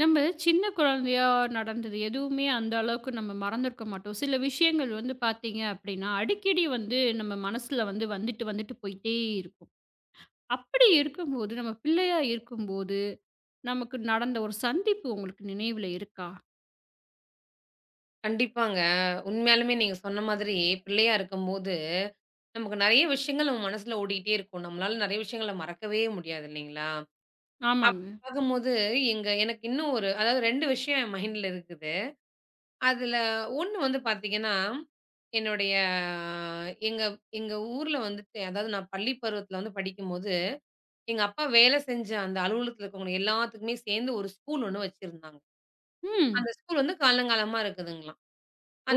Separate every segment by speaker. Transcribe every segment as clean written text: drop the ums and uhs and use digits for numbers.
Speaker 1: நம்ம சின்ன குழந்தையா நடந்தது எதுவுமே அந்த அளவுக்கு நம்ம மறந்திருக்க மாட்டோம். சில விஷயங்கள் வந்து பார்த்தீங்க அப்படின்னா, அடிக்கடி வந்து நம்ம மனசுல வந்து வந்துட்டு, வந்துட்டு போயிட்டே இருக்கும். அப்படி இருக்கும்போது, நம்ம பிள்ளையா இருக்கும்போது, நமக்கு நடந்த ஒரு சந்திப்பு உங்களுக்கு நினைவுல இருக்கா?
Speaker 2: கண்டிப்பாங்க. உண்மையாலுமே நீங்க சொன்ன மாதிரி, பிள்ளையா இருக்கும்போது, நமக்கு நெறைய விஷயங்கள் நம்ம மனசுல ஓடிட்டே இருக்கும். நம்மளால நெறைய விஷயங்கள மறக்கவே முடியாது இல்லைங்களா? அப்
Speaker 1: ஆமாங்க.
Speaker 2: பார்க்கும்போது, எனக்கு இன்னும் ஒரு 2 விஷயம் என் மைண்ட்ல இருக்குது. அதுல 1 வந்து பார்த்தீங்கன்னா, என்னுடைய எங்க எங்க ஊர்ல வந்துட்டு நான் பள்ளி பருவத்துல வந்து படிக்கும்போது, எங்க அப்பா வேல செஞ்ச அந்த அலுவலகத்துல இருக்கவங்க எல்லாத்துக்குமே சேர்ந்து ஒரு ஸ்கூல் ஒண்ணு வச்சிருந்தாங்க. அந்த
Speaker 1: ம்.
Speaker 2: ஸ்கூல் வந்து காலங்காலமா இருக்குதுங்களாம்.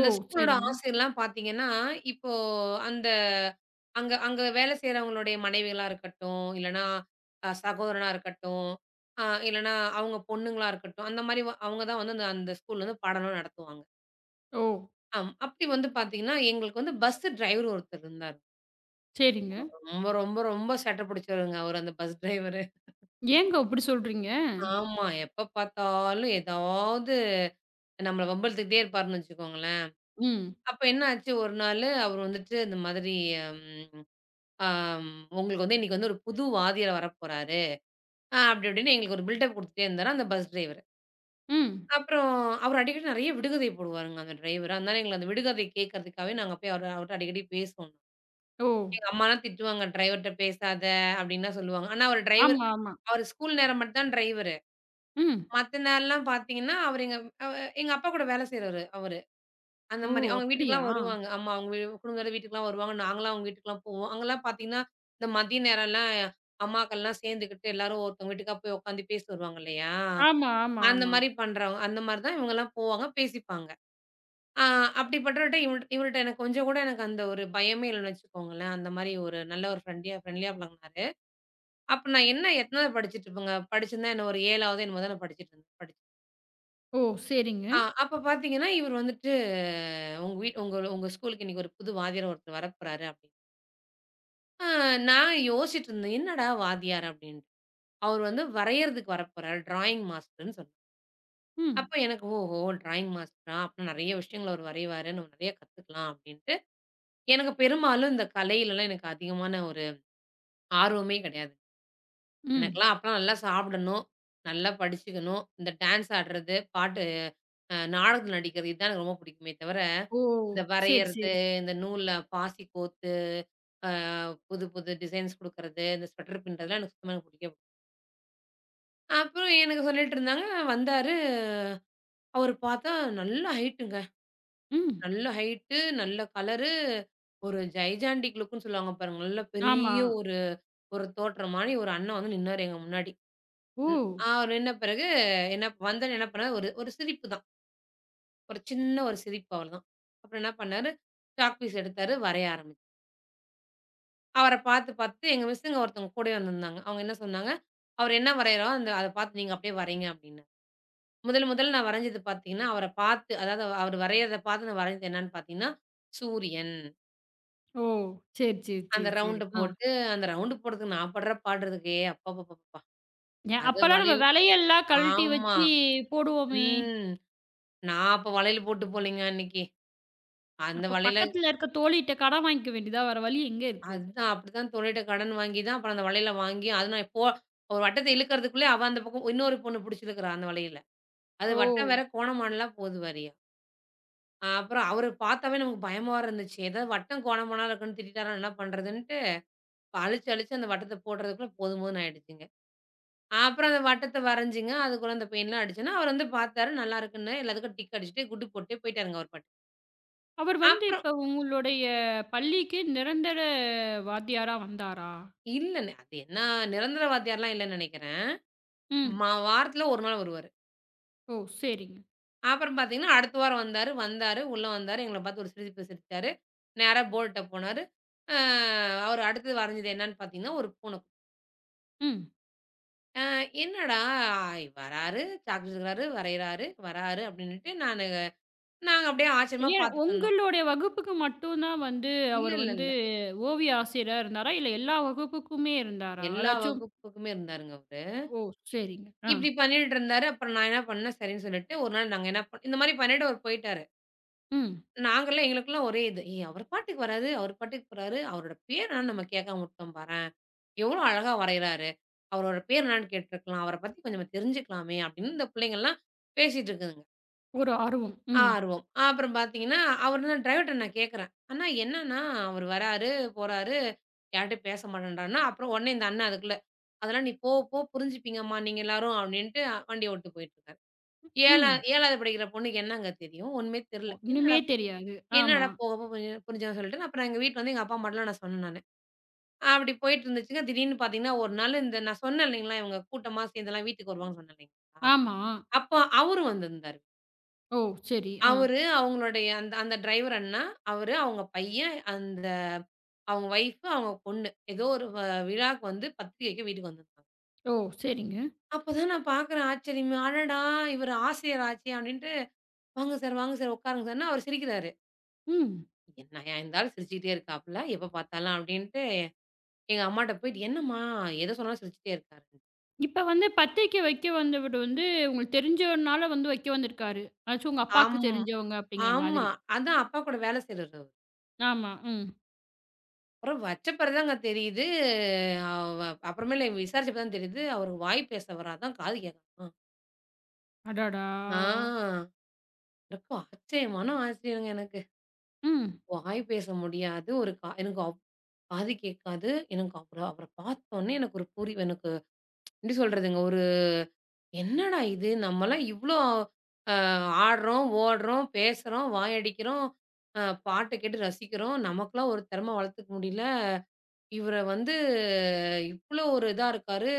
Speaker 1: ஓ!
Speaker 2: ஸ்கூலோட
Speaker 1: சரிங்க.
Speaker 2: ஆசிரியர்லாம் பார்த்தீங்கன்னா, இப்போ அந்த அங்க அங்க வேலை செய்றவங்களுடைய மனைவிகளா இருக்கட்டும், இல்லன்னா சகோதரனா இருக்கட்டும், இல்லன்னா அவங்க பொண்ணுங்களா இருக்கட்டும், அந்த மாரி அவங்க தான் வந்து அந்த அந்த ஸ்கூல்ல வந்து பாடம்லாம் நடத்துவாங்க.
Speaker 1: ஓ!
Speaker 2: ஆம். அப்படி வந்து பார்த்தீங்கன்னா, எங்களுக்கு வந்து பஸ் டிரைவர் ஒருத்தர் இருந்தாரு.
Speaker 1: சரிங்க.
Speaker 2: ரொம்ப ரொம்ப ரொம்ப சேட்ட பிடிச்சவருங்க அவரு அந்த பஸ் டிரைவரு.
Speaker 1: ஏங்க அப்படி சொல்றீங்க?
Speaker 2: ஆமா. எப்ப பார்த்தாலும் ஏதாவது நம்மள வம்பிழுத்துக்கிட்டே இருப்பாருன்னு வச்சுக்கோங்களேன்.
Speaker 1: ம்.
Speaker 2: அப்ப என்ன ஆச்சு ஒரு நாளு அவர் வந்துட்டு இந்த மாதிரி ம் ஆம், உங்களுக்கு வந்து இன்னைக்கு வந்து ஒரு புது வாத்தியார் வரப்போறாரு. அப்படி இப்படின்னு எங்களுக்கு ஒரு பில்டப் குடுத்துட்டே இருந்தாரு அந்த பஸ் டிரைவர்.
Speaker 1: ம்.
Speaker 2: அப்புறம் அவர் அடிக்கடி நெறைய விடுகதை போடுவாருங்க அந்த டிரைவர். அதனால எங்களுக்கு அந்த விடுகதை கேட்கறதுக்காகவே நாங்க போய் அவர்ட்ட அடிக்கடி பேசுவோம்.
Speaker 1: ஓ!
Speaker 2: எங்க அம்மாலாம் திட்டுவாங்க, "டிரைவர்ட்ட பேசாத" அப்படின்லாம் சொல்லுவாங்க. ஆனா அவர் டிரைவர்
Speaker 1: ஆமா, ஆமா.
Speaker 2: அவர் ஸ்கூல் நேரம் மட்டும் தான் டிரைவரு.
Speaker 1: ம்.
Speaker 2: மத்த நேரம்லாம் பார்த்தீங்கன்னா, அவர் அவ எங்க அப்பா கூட வேலை செய்றவரு அவரு. அந்த
Speaker 1: ஓ!
Speaker 2: மாரி. அவங்க
Speaker 1: அப்படியா?
Speaker 2: வீட்டுக்குலாம் வருவாங்க. ஆமா. குடும்பத்தோட வீட்டுக்குலாம் வருவாங்க. நாங்கலாம் அவங்க வீட்டுக்குலாம் போவோம். அங்கலாம் பார்த்தீங்கன்னா, இந்த மதிய நேரம்லாம் அம்மாக்கள்லாம் சேர்ந்துக்கிட்டு எல்லாரும் ஒருத்தவங்க வீட்டுக்கா போய் உட்காந்து பேசி வருவாங்க இல்லையா?
Speaker 1: ஆமா, ஆமா,
Speaker 2: அந்த
Speaker 1: ஆமா.
Speaker 2: மாரி பண்றவங்க. அந்த மாரி தான் இவங்கலாம் போவாங்க, பேசிப்பாங்க. ஆ அப்படிப்பட்டவர்ட்ட இவர்ட்ட இவர்ட்ட கொஞ்சம் கூட எனக்கு அந்த ஒரு பயமே இல்லன்னு வச்சுக்கோங்களேன். அந்த மாரி ஒரு நல்ல ஒரு ஃப்ரெண்ட்லியா ஃப்ரெண்ட்லியா பழகுனாரு. அப்ப நான் என்ன எத்தனாவது படிச்சுட்டு இருப்பேங்க. படிச்சிருந்தா என்ன ஒரு 7வது என்னமோ தான் நான் படிச்சுட்டு இருந்தேன். படிச்சு
Speaker 1: ஓ! சரிங்க.
Speaker 2: ஆ அப்ப பாத்தீங்கன்னா, இவர் வந்துட்டு உங்க வீட் உங்க உங்க ஸ்கூலுக்கு இன்னைக்கு ஒரு புது வாத்தியார் ஒருத்தர் வரப்போறாரு அப்படின்னு. ஆ நான் யோசிச்சுட்டு இருந்தேன். என்னடா வாத்தியார் அப்படின்ட்டு. அவர் வந்து வரையறதுக்கு வரப்போறாரு. டிராயிங் மாஸ்டர்ன்னு சொன்னாங்க.
Speaker 1: ம்.
Speaker 2: அப்ப எனக்கு ஓஹோ! டிராயிங் மாஸ்டரா? அப்ப நெறைய விஷயங்கள் அவர் வரைவாரு. நம்ம நெறைய கத்துக்கலாம் அப்படின்ட்டு. பெரும்பாலும் இந்த கலையிலலாம் எனக்கு அதிகமான ஒரு ஆர்வமே கிடையாது.
Speaker 1: ம்.
Speaker 2: எனக்கெல்லாம் அப்பலாம் நல்லா சாப்பிடணும், நல்லா படிச்சுக்கணும், இந்த டான்ஸ் ஆடுறது, பாட்டு, நாடகம் நடிக்கிறது, இதுதான் எனக்கு ரொம்ப பிடிக்குமே தவிர
Speaker 1: ஓ!
Speaker 2: இந்த
Speaker 1: சரி,
Speaker 2: வரையறது,
Speaker 1: சரி.
Speaker 2: இந்த நூல்ல பாசி கோத்து, அ புது புது டிசைன்ஸ் குடுக்கறது, இந்த ஸ்வெட்டர் பின்றதெல்லாம் சுத்தமா எனக்கு பிடிக்கவே பிடிக்காது. அப்புறம் எனக்கு சொல்லிட்டு இருந்தாங்க. வந்தாரு. அவரு பார்த்தா நல்ல ஹைட்டுங்க.
Speaker 1: ம்.
Speaker 2: நல்ல ஹைட்டு, நல்ல கலரு, ஒரு ஜைஜாண்டிக் லுக்குன்னு சொல்லுவாங்க பாருங்க. நல்ல
Speaker 1: ஆமா.
Speaker 2: பெரிய ஒரு ஒரு தோற்றமானி ஒரு அண்ணன் வந்து நின்னாரு எங்க முன்னாடி.
Speaker 1: ஓ!
Speaker 2: ம். அவரு நின்ன பிறகு என்ன பண்ணாரு, ஒரு ஒரு சிரிப்பு தான். ஒரு சின்ன ஒரு சிரிப்பு அவ்வளதான். அப்புறம் என்ன பண்ணாரு, சாக்பீஸ் எடுத்தாரு, வரைய ஆரம்பிச்சாரு. அவர பார்த்து, எங்க மிஸ்ஸுங்க ஒருத்தவங்க கூடயே வந்திருந்தாங்க. அவங்க என்ன சொன்னாங்க, "அவர் என்ன வரையிறாரோ, அத பார்த்து நீங்க அப்படியே வரைங்க" அப்படின்னு. முதல் முதல்ல நான் வரைஞ்சது பார்த்தீங்கன்னா, அவரு வரையறத பார்த்து நான் வரைஞ்சது என்னன்னு பார்த்தீங்கன்னா, சூரியன்.
Speaker 1: ஓ! சரி, சரி,
Speaker 2: அந்த
Speaker 1: சரி, சரி.
Speaker 2: ரவுண்டு
Speaker 1: ஆ.
Speaker 2: போட்டு அந்த ரவுண்டு போடுறதுக்கு நான் படுற பாடு இருக்கே! அப்பப்பப்பப்பா!
Speaker 1: ஏன்
Speaker 2: அது
Speaker 1: அப்பலாம் நம்ம
Speaker 2: வளையல்
Speaker 1: விலையெல்லாம் கழட்டி
Speaker 2: ஆமா.
Speaker 1: வச்சு போடுவோமே!
Speaker 2: ம். நான் அப்ப வளையல் போட்டு போலங்க அன்னைக்கு. அந்த
Speaker 1: அப்ப
Speaker 2: வளையல
Speaker 1: பக்கத்துல இருக்க தோழிட்ட கடன் வாங்கிக்க வேண்டியதா வேற வழி எங்க இருக்கு?
Speaker 2: அதுதான் அப்படித்தான் தோழிட்ட கடன் வாங்கி தான் அப்புறம் அந்த வளையல வாங்கி அது நான் இப்போ ஒரு வட்டத்த இழுக்கிறதுக்குள்ளயே அந்த பக்கம் இன்னொரு பொண்ணு புடிச்சு இழுக்குறா அந்த வளையல. அது
Speaker 1: ஓ!
Speaker 2: வட்டம் வேற, கோணமானலாம் போது வேறயா. அப்புறம் அவர பார்த்தாவே நமக்கு பயமா வேற இருந்துச்சு. ஏதாவது வட்டம், கோணமானா இருக்குன்னு திட்டிட்டாருன்னா என்ன பண்றதுன்ட்டு, அழிச்சு அழிச்சு அந்த வட்டத்த போடுறதுக்குள்ள போதும்ன்னு ஆயிடுச்சுங்க. அப்புறம் அந்த வட்டத்த வரைஞ்சுங்க. அதுக்குள்ள அந்த பெயிண்ட்லாம் அடிச்சோன்னா, அவர் வந்து பார்த்தாரு, நல்லா இருக்குன்னு எல்லாத்துக்கும் டிக் அடிச்சுட்டு, குட்டு போட்டுட்டே போயிட்டாருங்க அவர் பாட்டுக்கு.
Speaker 1: அவர் வந்து
Speaker 2: அப்புறம்
Speaker 1: இப்ப உங்களுடைய பள்ளிக்கு நிரந்தர வாத்தியாரா வந்தாரா?
Speaker 2: இல்லன்னு அது என்ன நிரந்தரவாதியார்லாம் இல்லன்னு நெனைக்கிறேன்.
Speaker 1: ம்.
Speaker 2: மா வாரத்துல ஒரு நாள் வருவாரு.
Speaker 1: ஓ! சரிங்க.
Speaker 2: அப்புறம் பார்த்தீங்கன்னா, அடுத்த வாரம் வந்தாரு. வந்தாரு, உள்ள வந்தாரு. எங்கள பார்த்து ஒரு சிரிப்பு சிரிச்சாரு. நேரா போர்ட்ட போனாரு. அ அவரு அடுத்தது வரைஞ்சது என்னன்னு பார்த்தீங்கன்னா, ஒரு பூனை.
Speaker 1: ம்.
Speaker 2: அ என்னடா வராரு, சாக்லேட் எடுக்குறாரு, வரையிறாரு, வராரு அப்டின்னுட்டு நாங்க அப்டியே ஆச்சரியமா
Speaker 1: ஏன்
Speaker 2: பார்த்துட்டு இருந்தோம்.
Speaker 1: உங்களுடைய வகுப்புக்கு மட்டும் தான் வந்து
Speaker 2: இல்ல,
Speaker 1: அவர்
Speaker 2: இல்ல,
Speaker 1: வந்து
Speaker 2: இல்ல.
Speaker 1: ஓவிய ஆசிரியரா இருந்தாரா? இல்ல எல்லா வகுப்புக்குமே இருந்தாரா?
Speaker 2: எல்லா
Speaker 1: அதாச்சும்
Speaker 2: வகுப்புக்குமே இருந்தாருங்க அவரு.
Speaker 1: ஓ! சரிங்க. ஆ.
Speaker 2: இப்டி பண்ணிட்டு இருந்தாரு. அப்புறம் நான் என்ன பண்ணேன், சரின்னு சொல்லிட்டு ஒரு நாள் நாங்க என்ன பண் இந்த மாரி பண்ணிட்டு அவர் போயிட்டாரு.
Speaker 1: ம்.
Speaker 2: நாங்கலாம் எங்களுக்கெல்லாம் ஒரே இது. ஏய் அவர் பாட்டுக்கு வராரு, அவர் பாட்டுக்கு போறாரு. அவரோட பேர் என்னான்னு நம்ம கேட்காம விட்டோம் பாரேன். எவ்வளோ அழகா வரையறாரு. அவரோட பேர் என்னான்னு கேட்டுருக்கலாம். அவர பத்தி கொஞ்சம் தெரிஞ்சுக்கலாமே அப்படின்னு இந்த புள்ளைங்கலாம் பேசிட்டு இருக்குதுங்க.
Speaker 1: ஒரு ஆர்வம். ம்.
Speaker 2: ஆர்வம். அப்புறம் பார்த்தீங்கன்னா, அவர் நான் டிரைவர்ட்ட நான் கேட்கிறேன். அண்ணா என்னன்னா அவர் வராரு, போறாரு. யார்ட்டயும் பேச மாட்டேன்றான்னா, அப்புறம் உடனே இந்த அண்ணன் அதுக்குள்ள, அதெல்லாம் நீ போக போக புரிஞ்சுப்பீங்கம்மா நீங்க எல்லாரும் அப்படின்ட்டு வண்டிய ஓட்டு போயிட்டுருக்காரு. 7
Speaker 1: ம்.
Speaker 2: 7வது படிக்கிற பொண்ணுக்கு என்னங்க தெரியும்? ஒண்ணுமே தெரியல. என்னடா
Speaker 1: ஒண்ணுமே தெரியாது. ஆமா.
Speaker 2: என்னடா போகாம புரிஞ்சாம சொல்லிட்டேன். அப்புறம் எங்க வீட்ல வந்து எங்க அப்பா அம்மாட்டலாம் நான் சொன்னேன் நானு. அப்படி போயிட்டு இருந்துச்சுங்க. திடீர்னு பார்த்தீங்கன்னா, ஒரு நாள் இந்த நான் சொன்னேன் இல்லைங்களா, இவங்க கூட்டமா சேர்ந்துலாம் வீட்டுக்கு வருவாங்கன்னு சொன்னேன் இல்லைங்களா?
Speaker 1: ஆமா.
Speaker 2: அப்போ அவரும் வந்திருந்தாரு.
Speaker 1: ஓ! சரி. ஆ.
Speaker 2: அவரு, அவங்களுடைய அந்த அந்த டிரைவர் அண்ணா, அவரு, அவங்க பையன், அவங்க வைஃப், அவங்க பொண்ணு. ஏதோ ஒரு விழாக்கு வந்து பத்திரிக்கை வைக்க வீட்டுக்கு வந்திருந்தாங்க.
Speaker 1: ஓ! சரிங்க.
Speaker 2: அப்பதான் நான் பார்க்குறேன் ஆச்சரியமா, "அடடா! இவர் ஆசிரியர் ஆச்சே!" அப்படின்ட்டு, "வாங்க சார், வாங்க சார் உட்காருங்க சார்ன்னு" அவரு சிரிக்கிறாரு.
Speaker 1: ம்.
Speaker 2: என்னயா இருந்தாலும் சிரிச்சுக்கிட்டே இருக்காப்புல, எப்ப பார்த்தாலும் அப்படின்ட்டு எங்க அம்மாட்ட போயிட்டு, "என்னம்மா எத சொன்னாலும் சிரிச்சுட்டே இருக்காரு."
Speaker 1: இப்ப வந்து பத்திரிக்கை வைக்க வந்தவரு வந்து உங்களுக்கு தெரிஞ்சவர்னால வந்து வைக்க வந்திருக்காரு. அதாச்சும் உங்க அப்பாக்கு
Speaker 2: ஆம்.
Speaker 1: தெரிஞ்சவங்க அப்படிங்கிற
Speaker 2: ஆமா.
Speaker 1: மாதிரி.
Speaker 2: அதான் அப்பா கூட வேலை செய்றவரு அவரு.
Speaker 1: ஆமா. ம்.
Speaker 2: அப்புறம் வச்ச பிறகு தாங்க தெரியுது, அவ அப்புறமேலு விசாரிச்சப்ப தான் தெரியுது, அவரு வாய் பேச வராதாம், காது கேட்காதாம்.
Speaker 1: அடடா!
Speaker 2: ஆ எனக்கு ஆச்சரியமான ஆச்சரியங்க எனக்கு.
Speaker 1: ம்.
Speaker 2: வாய் பேச முடியாது, ஒரு கா எனக்கு அவ் காது கேட்காது. எனக்கு அவர அவர பார்த்தோனே எனக்கு ஒரு புரி எனக்கு எப்படி சொல்றதுங்க, ஒரு என்னடா இது! நம்மலாம் இவ்ளோ அ ஆடுறோம், ஓடுறோம், பேசுறோம், வாயடிக்கிறோம், அ பாட்டு கேட்டு ரசிக்கிறோம். நமக்கெல்லாம் ஒரு திறமை வளர்த்துக்க முடியல. இவர வந்து இவ்ளோ ஒரு இதா இருக்காரு.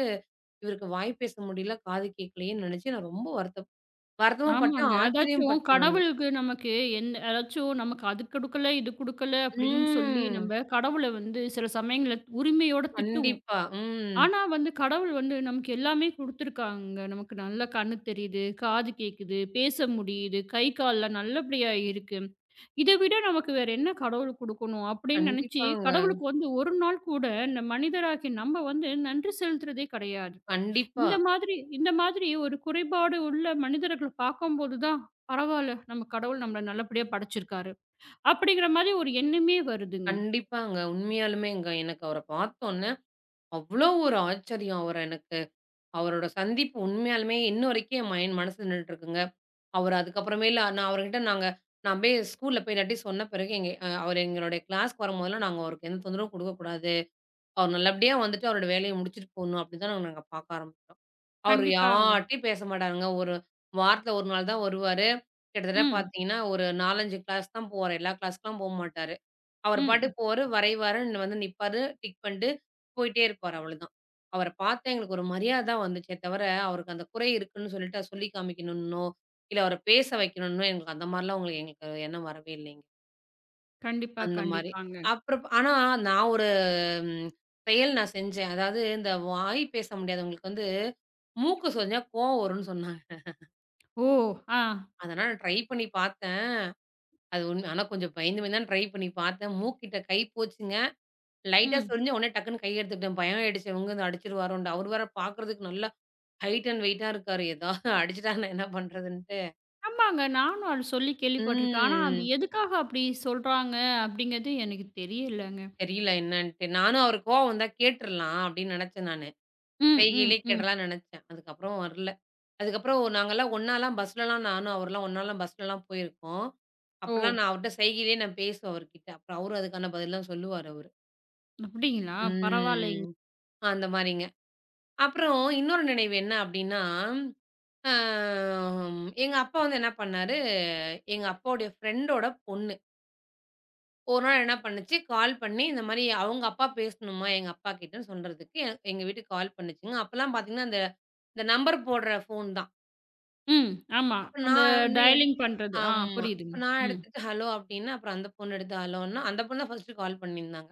Speaker 2: இவருக்கு வாய் பேச முடியல, காது கேட்கலையேன்னு நினைச்சு நான் ரொம்ப வருத்தமும் பட்டேன்,
Speaker 1: ஆமாங்க.
Speaker 2: ஆச்சரியம்
Speaker 1: அதாச்சும்
Speaker 2: பட்டேன் நானு.
Speaker 1: கடவுளுக்கு நமக்கு எந்த அதாச்சும் நமக்கு அது குடுக்கல, இது குடுக்கல அப்படின்னு சொல்லி
Speaker 2: ம்.
Speaker 1: நம்ம கடவுள வந்து சில சமயங்கள்ல உரிமையோட திட்டுவோம்.
Speaker 2: கண்டிப்பா. ம்.
Speaker 1: ஆனா வந்து கடவுள் வந்து நமக்கு எல்லாமே குடுத்துருக்காங்க. நமக்கு நல்லா கண்ணு தெரியுது, காது கேக்குது, பேச முடியுது, கை கால்லாம் நல்லபடியா இருக்கு. இத விட நமக்கு வேற என்ன கடவுள் குடுக்கணும்? அப்படின்னு நெனச்சு,
Speaker 2: கண்டிப்பாங்க.
Speaker 1: கடவுளுக்கு வந்து ஒரு நாள் கூட இந்த மனிதராகிய நம்ம வந்து நன்றி செலுத்துறதே கெடையாது.
Speaker 2: கண்டிப்பா.
Speaker 1: இந்த மாதிரி ஒரு குறைபாடு உள்ள மனிதர்கள பாக்கும்போது தான், பரவால்ல நம்ம கடவுள் நம்மள நல்லபடியா படைச்சிருக்காரு. அப்படிங்கிற மாரி ஒரு எண்ணமே வருதுங்க.
Speaker 2: கண்டிப்பாங்க. உண்மையாலுமேங்க. எனக்கு அவர பார்த்தோன்னே, அவ்ளோ ஒரு ஆச்சரியம் அவர எனக்கு. அவரோட சந்திப்பு உண்மையாலுமே இன்ன வரைக்கும் என் மைண்ட் மனசுல நின்னுட்டு இருக்குங்க. அவரு அதுக்கப்புறமேலு நான் அவர்கிட்ட நாங்க நான் போய் ஸ்கூல்ல போய் இல்லாட்டி சொன்ன பிறகு எங்க அ அவரு எங்களுடைய கிளாஸ்க்கு வரும்போதெல்லாம் நாங்க அவருக்கு எந்த தொந்தரவும் குடுக்கக்கூடாது. அவர் நல்லபடியா வந்துட்டு அவரோட வேலைய முடிச்சுட்டு போணும் அப்டின்னு தான் நாங்க பாக்க ஆரம்பிச்சோம். அவரு
Speaker 1: கண்டிப்பாங்க.
Speaker 2: யார்ட்டயும் பேச மாட்டாருங்க. ஒரு வாரத்துல 1 நாள் தான் வருவாரு. கிட்டத்தட்ட
Speaker 1: ம்.
Speaker 2: பாத்தீங்கன்னா, ஒரு 4, 5 கிளாஸ் தான் போவாரு. எல்லா கிளாஸ்க்குலாம் போமாட்டாரு. அவர்
Speaker 1: ம்.
Speaker 2: பாட்டுக்கு போவாரு, வரைவாரு, வந்து நிப்பாரு, டிக் பண்ணிட்டு போயிட்டே இருப்பாரு அவ்வளோதான். அவர பார்த்தா எங்களுக்கு ஒரு மரியாத தான் வந்துச்சே தவிர, அவருக்கு அந்த குறை இருக்குன்னு சொல்லிட்டு அத சொல்லி காமிக்கணும்னோ, இல்ல அவர பேச வைக்கணும்னோ எங்களுக்கு அந்த மாரிலாம் எங்களுக்கு எண்ணம் வரவே இல்லைங்க.
Speaker 1: கண்டிப்பா,
Speaker 2: அந்த மாரி.
Speaker 1: கண்டிப்பாங்க.
Speaker 2: ஆனா நான் ஒரு ம் செயல் நான் செஞ்சேன். அதாவது இந்த வாய் பேச முடியாதவங்களுக்கு வந்து மூக்கு சொரிஞ்சா கோவம் வரும்னு சொன்னாங்க.
Speaker 1: ஓ! ஆ.
Speaker 2: அதனால நான் ட்ரை பண்ணி பார்த்தேன். அது உண்ம ஆனா கொஞ்சம் பயந்து பயந்து தான் ட்ரை பண்ணி பார்த்தேன். மூக்கிட்ட கை போச்சுங்க. லைட்டா
Speaker 1: ம்.
Speaker 2: சொரிஞ்சு உடனே டக்குன்னு கை எடுத்துக்கிட்டேன். பயம் ஆயிடுச்சு. இவங்க அடிச்சுருவாரோன்ட்டு. அவரு வேற பார்க்கறதுக்கு நல்லா ஹைட் அண்ட் வெயிட்டா இருக்காரு. அடிச்சுட்டாங்கன்னா என்ன பண்றதுன்ட்டு.
Speaker 1: ஆமாங்க. நானும் அது சொல்லி கேள்விப்பட்டுருக்கேன். ஆனா, அது
Speaker 2: ம்.
Speaker 1: எதுக்காக அப்படி சொல்றாங்க அப்படிங்கிறது எனக்கு தெரியலங்க.
Speaker 2: தெரியல என்னன்ட்டு. நானும் அவரு கோவம் வந்தா கேட்டுறலாம் அப்படின்னு நினைச்சேன் நானு.
Speaker 1: ம், ம்,
Speaker 2: செய்கையிலேயே
Speaker 1: ம்.
Speaker 2: கேட்டலாம்னு நினைச்சேன். அதுக்கப்புறம் வரல. அதுக்கப்புறம் நாங்கலாம் ஒண்ணாலாம் பஸ்லலாம் நானும் அவருலாம் ஒண்ணாலாம் பஸ்லலாம் போயிருக்கோம்.
Speaker 1: ஓ!
Speaker 2: அப்பலாம் நான் அவர்ட்ட செய்கையிலேயே நான் பேசுவேன் அவர்கிட்ட. அப்புறம் அவரும் அதுக்கான பதில்லாம் சொல்லுவாரு அவரு.
Speaker 1: அப்படிங்களா?
Speaker 2: ம்.
Speaker 1: பரவாயில்லைங்க.
Speaker 2: அந்த மாரிங்க. அப்புறம் இன்னொரு நினைவு என்ன அப்படின்னா ஆ எங்க அப்பா வந்து என்ன பண்ணாரு, எங்க அப்பாவுடைய ஃப்ரெண்டோட பொண்ணு. ஒரு நாள் என்ன பண்ணுச்சு, கால் பண்ணி இந்த மாரி அவங்க அப்பா பேசணுமா எங்க அப்பா கிட்டன்னு சொல்றதுக்கு, எங்க வீட்டுக்கு கால் பண்ணுச்சுங்க. அப்பலாம் பார்த்தீங்கன்னா, இந்த நம்பர் போடுற ஃபோன் தான்.
Speaker 1: ம். ஆமா.
Speaker 2: அப்ப
Speaker 1: அந்த
Speaker 2: நான் உடனே எடு
Speaker 1: டயலிங் பண்றது. ஆ
Speaker 2: ஆமா.
Speaker 1: புரியுதுங்க.
Speaker 2: அப்ப நான்
Speaker 1: ம்,
Speaker 2: எடுத்துட்டு ஹலோ அப்டின்னேன். அப்புறம் அந்த பொண்ணு எடுத்து ஹலோன்னா, அந்த பொண்ணு தான் ஃபர்ஸ்ட்டு கால் பண்ணியிருந்தாங்க.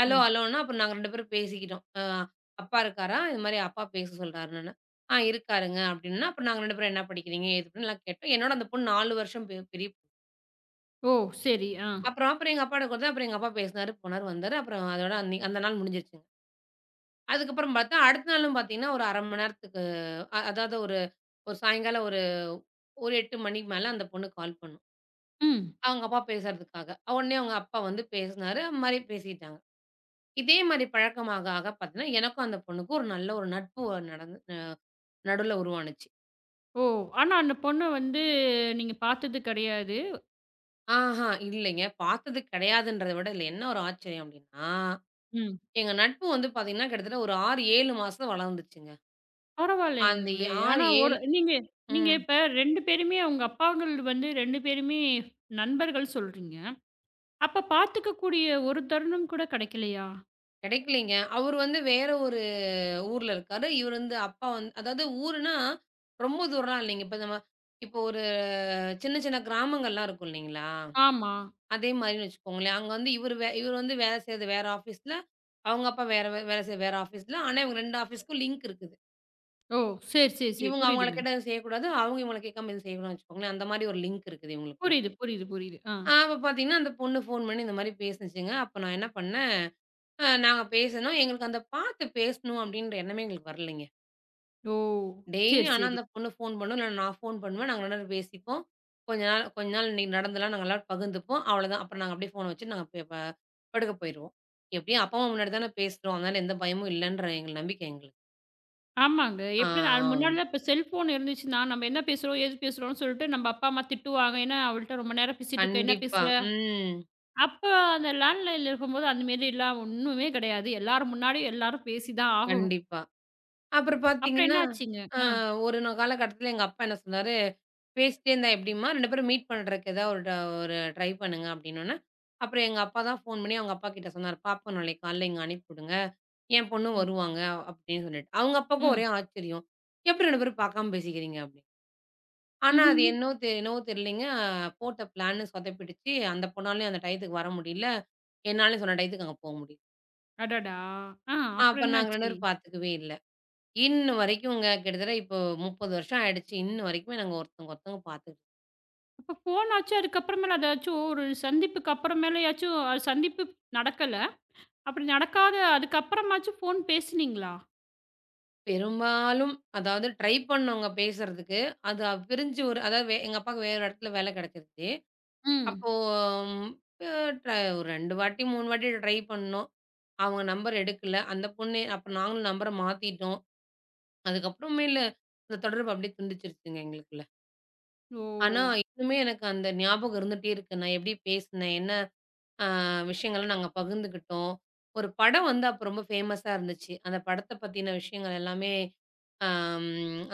Speaker 2: ஹலோ,
Speaker 1: ம்.
Speaker 2: ஹலோன்னா, அப்புறம் நாங்க 2 பேரும் பேசிக்கிட்டோம். "அப்பா இருக்காரா? இது மாரி அப்பா பேச சொல்றாருன்னு." "ஆ இருக்காருங்க." அப்படின்னா, அப்புறம் நாங்க 2 பேரும் என்ன படிக்கிறீங்க? ஏது பண்ணலாம் கேட்டோம். என்னோட அந்த பொண்ணு 4 வருஷம் பெரிய பொண்ணு.
Speaker 1: ஓ! சரி. ஆ.
Speaker 2: அப்புறம் அப்புறம் எங்க அப்பாட்ட குடுத்தேன். அப்புறம் எங்க அப்பா பேசினாரு, போனாரு, வந்தாரு. அப்புறம் அதோட அன்னை அந்த நாள் முடிஞ்சிருச்சுங்க. அதுக்கப்புறம் பார்த்தா, அடுத்த நாளும் பார்த்தீங்கன்னா, ஒரு 1/2 மணி நேரத்துக்கு அ அதாவது ஒரு ஒரு சாயங்காலம் ஒரு ஒரு 8 மணிக்கு மேல அந்த பொண்ணு கால் பண்ணும்.
Speaker 1: ம்.
Speaker 2: அவங்க அப்பா பேசுறதுக்காக. உடனே அவங்க அப்பா வந்து பேசினாரு. அது மாரி பேசிட்டாங்க. இதே மாரி பழக்கமாக ஆக பார்த்தீங்கன்னா, எனக்கும் அந்த பொண்ணுக்கும் ஒரு நல்ல ஒரு நட்பு நடந்து நடுவுல உருவானுச்சு.
Speaker 1: ஓ! ஆனா அந்த பொண்ண வந்து நீங்க பார்த்தது கிடையாது.
Speaker 2: ஆஹா இல்லைங்க. பார்த்தது கிடையாதுன்றத விட இதுல என்ன ஒரு ஆச்சரியம் அப்டின்னா,
Speaker 1: ம்.
Speaker 2: எங்க நட்பு வந்து பார்த்தீங்கன்னா, கிட்டத்தட்ட ஒரு 6, 7 மாசம் வளர்ந்துச்சுங்க. அந்த
Speaker 1: பரவாயில்லைங்களே!
Speaker 2: 6,
Speaker 1: ஆனா ஒரு
Speaker 2: 7
Speaker 1: நீங்க நீங்க
Speaker 2: ம்
Speaker 1: இப்ப 2 பேருமே உங்க அப்பாங்கள் வந்து 2 பேருமே நண்பர்கள் சொல்றீங்க. அப்ப பார்த்துக்கக்கூடிய ஒரு தருணம் கூட கிடைக்கலையா?
Speaker 2: கிடைக்கலைங்க. அவரு வந்து வேற ஒரு ஊர்ல இருக்காரு. இவரு வந்து அப்பா வந்து அதாவது ஊருன்னா, ரொம்ப தூரம்லாம் இல்லைங்க. இப்போ ஒரு சின்ன சின்ன கிராமங்கள்லாம் இருக்கும் இல்லைங்களா?
Speaker 1: ஆமா.
Speaker 2: அதே மாரின்னு வச்சுக்கோங்களேன். அங்க வந்து இவரு வந்து வேலை செய்றது வேற ஆஃபீஸ்ல, அவங்க அப்பா வேற வே வேலை செய்ற வேற ஆஃபீஸ்ல. ஆனா இவங்க 2 ஆஃபீஸ்க்கும் லிங்க் இருக்குது.
Speaker 1: ஓ! சரி, சரி, சரி.
Speaker 2: இவங்க அவங்கள
Speaker 1: புரியுதுங்க.
Speaker 2: கேட்டா இத செய்யக்கூடாது. அவங்க இவங்கள கேட்காம இத செய்யக்கூடாதுன்னு வச்சுக்கோங்களேன். அந்த மாரி ஒரு லிங்க் இருக்குது இவங்களுக்குள்ள.
Speaker 1: புரியுது, புரியுது, புரியுது. ஆ.
Speaker 2: அப்ப பார்த்தீங்கன்னா, அந்த பொண்ணு ஃபோன் பண்ணி இந்த மாரி பேசுனுச்சுங்க. அப்ப நான் என்ன பண்ணேன், நாங்க பேசுனோம். எங்களுக்கு அந்த பார்த்து பேசணும் அப்டின்ற எண்ணமே எங்களுக்கு வரலைங்க.
Speaker 1: ஓ!
Speaker 2: டெய்லி
Speaker 1: சரி,
Speaker 2: ஆனா
Speaker 1: சரி.
Speaker 2: அந்த பொண்ணு ஃபோன் பண்ணும். இல்ல நான் ஃபோன் பண்ணுவேன். நாங்க 2 பேரும் பேசிப்போம். கொஞ்ச நாள் இன்னைக்கு நடந்ததெல்லாம் நாங்க எல்லாரும் பகிர்ந்துப்போம். அவ்வளோதான். அப்புறம் நாங்க அப்டியே ஃபோன வச்சுட்டு நாங்க ப ப படுக்க போயிருவோம். எப்டியும் அப்பா, அம்மா முன்னாடி தானே பேசுறோம். அதனால எந்த பயமும் இல்லன்ற எங்க நம்பிக்கை எங்களுக்கு.
Speaker 1: ஆமாங்க.
Speaker 2: ஆ,
Speaker 1: எப்படின்னா அது
Speaker 2: ஆ.
Speaker 1: முன்னாடிலாம் இப்ப செல்ஃபோன் இருந்துச்சுன்னா, நம்ம என்ன பேசுறோம், ஏது பேசுறோம்ன்னு சொல்லிட்டு நம்ம அப்பா, அம்மா திட்டுவாங்க. ஏன்னா, அவள்ட்ட ரொம்ப நேரம் பேசிட்டு இருக்க, என்ன
Speaker 2: கண்டிப்பா.
Speaker 1: பேசுற?
Speaker 2: ம்.
Speaker 1: அப்ப அந்த லேண்ட்லைன்ல இருக்கும்போது அந்த மாரிலாம் ஒண்ணுமே கிடையாது. எல்லார் முன்னாடியும் எல்லாரும் பேசி தான் ஆகணும்.
Speaker 2: கண்டிப்பா. அப்புறம்
Speaker 1: அப்புறம்
Speaker 2: பார்த்தீங்கன்னா,
Speaker 1: என்னாச்சுங்க?
Speaker 2: அ
Speaker 1: ஆ.
Speaker 2: ஒரு காலகட்டத்தில எங்க அப்பா என்ன சொன்னாரு, "பேசிட்டே இருந்தா எப்படிம்மா? 2 பேரும் மீட் பண்றதுக்கு ஏதாவது ஒரு ட்ரை பண்ணுங்க" அப்படின்னோனே, அப்புறம் எங்க அப்பா தான் ஃபோன் பண்ணி அவங்க அப்பாகிட்ட சொன்னாரு, "பாப்பாவ நாளைக்கு காலையில இங்க அனுப்பிவிடுங்க. என் பொண்ணு
Speaker 1: ம்.
Speaker 2: வருவாங்க" அப்படின்னு சொல்லிட்டு. அவங்க அப்பாவுக்கும்
Speaker 1: ம்.
Speaker 2: ஒரே ஆச்சரியம். "எப்படி 2 பேரும் பார்க்காம பேசிக்கிறீங்க?" அப்படின்னு. ஆனா அது
Speaker 1: ம்ஹ்ஹ்ம்.
Speaker 2: என்னவோ தெரியலைங்க, போட்ட பிளான் சொதப்பிடுச்சு. அந்த பொண்ணாலயும் அந்த டயத்துக்கு வர முடியல. என்னாலயும் சொன்ன டயத்துக்கு அங்க போ முடியல.
Speaker 1: அடடா! ஆ அப்புறம்
Speaker 2: அப்ப நாங்க 2
Speaker 1: என்னாச்சு?
Speaker 2: பேரும் பார்த்துக்கவே இல்ல. இன்ன வரைக்கும்ங்க. கிட்டத்தட்ட இப்போ 30 வருஷம் ஆயிடுச்சு. இன்ன வரைக்குமே நாங்க ஒருத்தவங்க ஒருத்தவங்க பார்த்துட்டு
Speaker 1: அப்ப ஃபோனாச்சும் அதுக்கப்புறமேல அதாச்சும் ஒரு சந்திப்புக்கு அப்புறமேலயாச்சும் அது சந்திப்பு நடக்கல. அப்படி நடக்காத அதுக்கப்புறமாச்சும் ஃபோன் பேசுனீங்களா?
Speaker 2: பெரும்பாலும் ட்ரை பண்ணவங்க பேசுறதுக்கு, அது அவ் பிரிஞ்சு ஒரு அதாவது வே எங்க அப்பாவுக்கு வேற இடத்துல வேலை கிடைச்சிருச்சு.
Speaker 1: ம்.
Speaker 2: அப்போ அ ட்ர ஒரு 2 வாட்டி 3 வாட்டி ட்ரை பண்ணோம். அவங்க நம்பர் எடுக்கல. அந்த பொண்ணு அப்ப நாங்களும் நம்பர மாத்திட்டோம். அதுக்கப்புறமேல அந்த தொடர்பு அப்படியே துண்டிச்சிருச்சுங்க எங்களுக்குள்ள.
Speaker 1: ஓ!
Speaker 2: ஆனா இன்னுமே எனக்கு அந்த ஞாபகம் இருந்துட்டே இருக்கு. நான் எப்படி பேசினேன்? என்ன அ விஷயங்கள்லாம் நாங்க பகிர்ந்துக்கிட்டோம். ஒரு படம் வந்து அப்ப ரொம்ப ஃபேமஸா இருந்துச்சு. அந்த படத்த பத்தின விஷயங்கள் எல்லாமே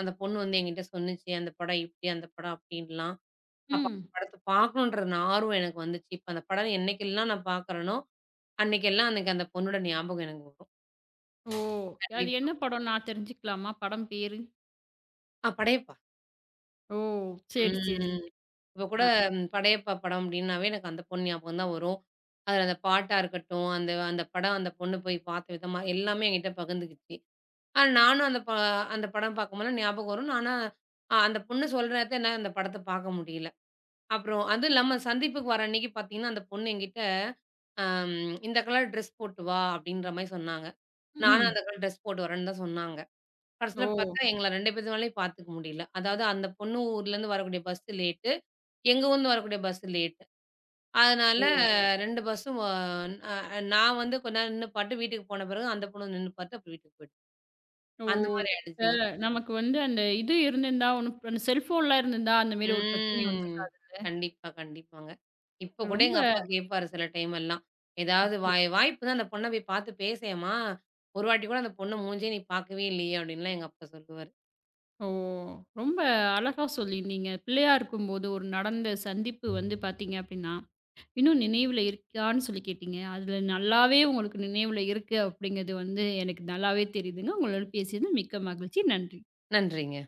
Speaker 2: அந்த பொண்ணு வந்து என்கிட்ட சொன்னுச்சு. அந்த படம் இப்டி, அந்த படம் அப்டின்லாம். அப்ப அந்த
Speaker 1: ம்.
Speaker 2: படத்த பார்க்கணுன்ற ஆர்வம் எனக்கு வந்துச்சு. இப்ப அந்த படம் என்னைக்கெல்லாம் நான் பார்க்குறேனோ, அன்னைக்கெல்லாம் எனக்கு அந்த பொண்ணோட ஞாபகம் எனக்கு வரும்.
Speaker 1: ஓ! அது
Speaker 2: கண்டிப்பா.
Speaker 1: என்ன படம் நான் தெரிஞ்சுக்கலாமா? படம் பேரு?
Speaker 2: படையப்பா.
Speaker 1: ஓ! சரி, சரி, சரி.
Speaker 2: ம். இப்ப கூட
Speaker 1: ஆ.
Speaker 2: ம், படையப்பா படம் அப்டின்னாவே எனக்கு அந்த பொண்ணு ஞாபகம் தான் வரும். அதுல அந்த பாட்டா இருக்கட்டும், அந்த அந்த படம் அந்த பொண்ணு போய் பார்த்த விதமா எல்லாமே என்கிட்ட பகிர்ந்துக்கிச்சு. ஆ நானும் அந்த ப அந்த படம் பார்க்கும்போதெல்லாம் ஞாபகம் வரும். ஆனா, அந்த பொண்ணு சொல்ற நேரத்துல என்னால அந்த படத்த பார்க்க முடியல. அப்புறம் அதுவும் இல்லாம சந்திப்புக்கு வர அன்னைக்கு பார்த்தீங்கன்னா, அந்த பொண்ணு என்கிட்ட, அம் "இந்த கலர் ட்ரெஸ் போட்டு வா" அப்படின்ற மாரி சொன்னாங்க. நானும்
Speaker 1: ம்.
Speaker 2: அந்த கலர் ட்ரெஸ் போட்டு வரேன்னு தான் சொன்னாங்க. கடைசில
Speaker 1: ஓ!
Speaker 2: பார்த்தா எங்கள 2 பேத்துனாலயும் பார்த்துக்க முடியல. அதாவது அந்த பொண்ணு ஊர்லேருந்து வரக்கூடிய பஸ் லேட்டு, எங்க ஊர்லேருந்து வரக்கூடிய பஸ் லேட்டு. அதனால
Speaker 1: ஓ!
Speaker 2: 2 பஸ்ஸும் அ நான் வந்து கொஞ்ச நேரம் நின்னு பாட்டு வீட்டுக்கு போன பிறகு அந்த பொண்ணு நின்னு பாத்து, அப்புறம் வீட்டுக்கு போயிட்டோம்.
Speaker 1: ஓ!
Speaker 2: அந்த மாரி
Speaker 1: இப்ப
Speaker 2: ஆயிடுச்சுங்க.
Speaker 1: நமக்கு வந்து அந்த இது இருந்திருந்தா, ஒண்ணும் அந்த செல்ஃபோன்லாம் இருந்திருந்தா, அந்த மாரி ஒரு பிரச்சனை
Speaker 2: ம்.
Speaker 1: வந்திருக்காது.
Speaker 2: கண்டிப்பா, கண்டிப்பாங்க. இப்ப கூட
Speaker 1: ரொம்ப
Speaker 2: எங்க அப்பா கேட்பாரு சில டைம் எல்லாம். ஏதாவது
Speaker 1: அப்படியா?
Speaker 2: வாய் வாய்ப்பு தான் அந்த பொண்ண போய் பார்த்து பேசேன்ம்மா. ஒரு வாட்டி கூட அந்த பொண்ணு மூஞ்சே நீ பார்க்கவே இல்லையே! அப்படின்லாம் எங்க அப்பா சொல்லுவாரு.
Speaker 1: ஓ! ரொம்ப அழகா சொல்லியிருந்தீங்க. பிள்ளையா இருக்கும்போது ஒரு நடந்த சந்திப்பு வந்து பார்த்தீங்க அப்படின்னா இன்னும் நினைவுல இருக்கான்னு சொல்லி கேட்டீங்க. அதுல நல்லாவே உங்களுக்கு நினைவுல இருக்கு அப்படிங்கிறது வந்து எனக்கு நல்லாவே தெரியுதுங்க. உங்களோட பேசியது மிக்க மகிழ்ச்சி. நன்றி.
Speaker 2: நன்றிங்க.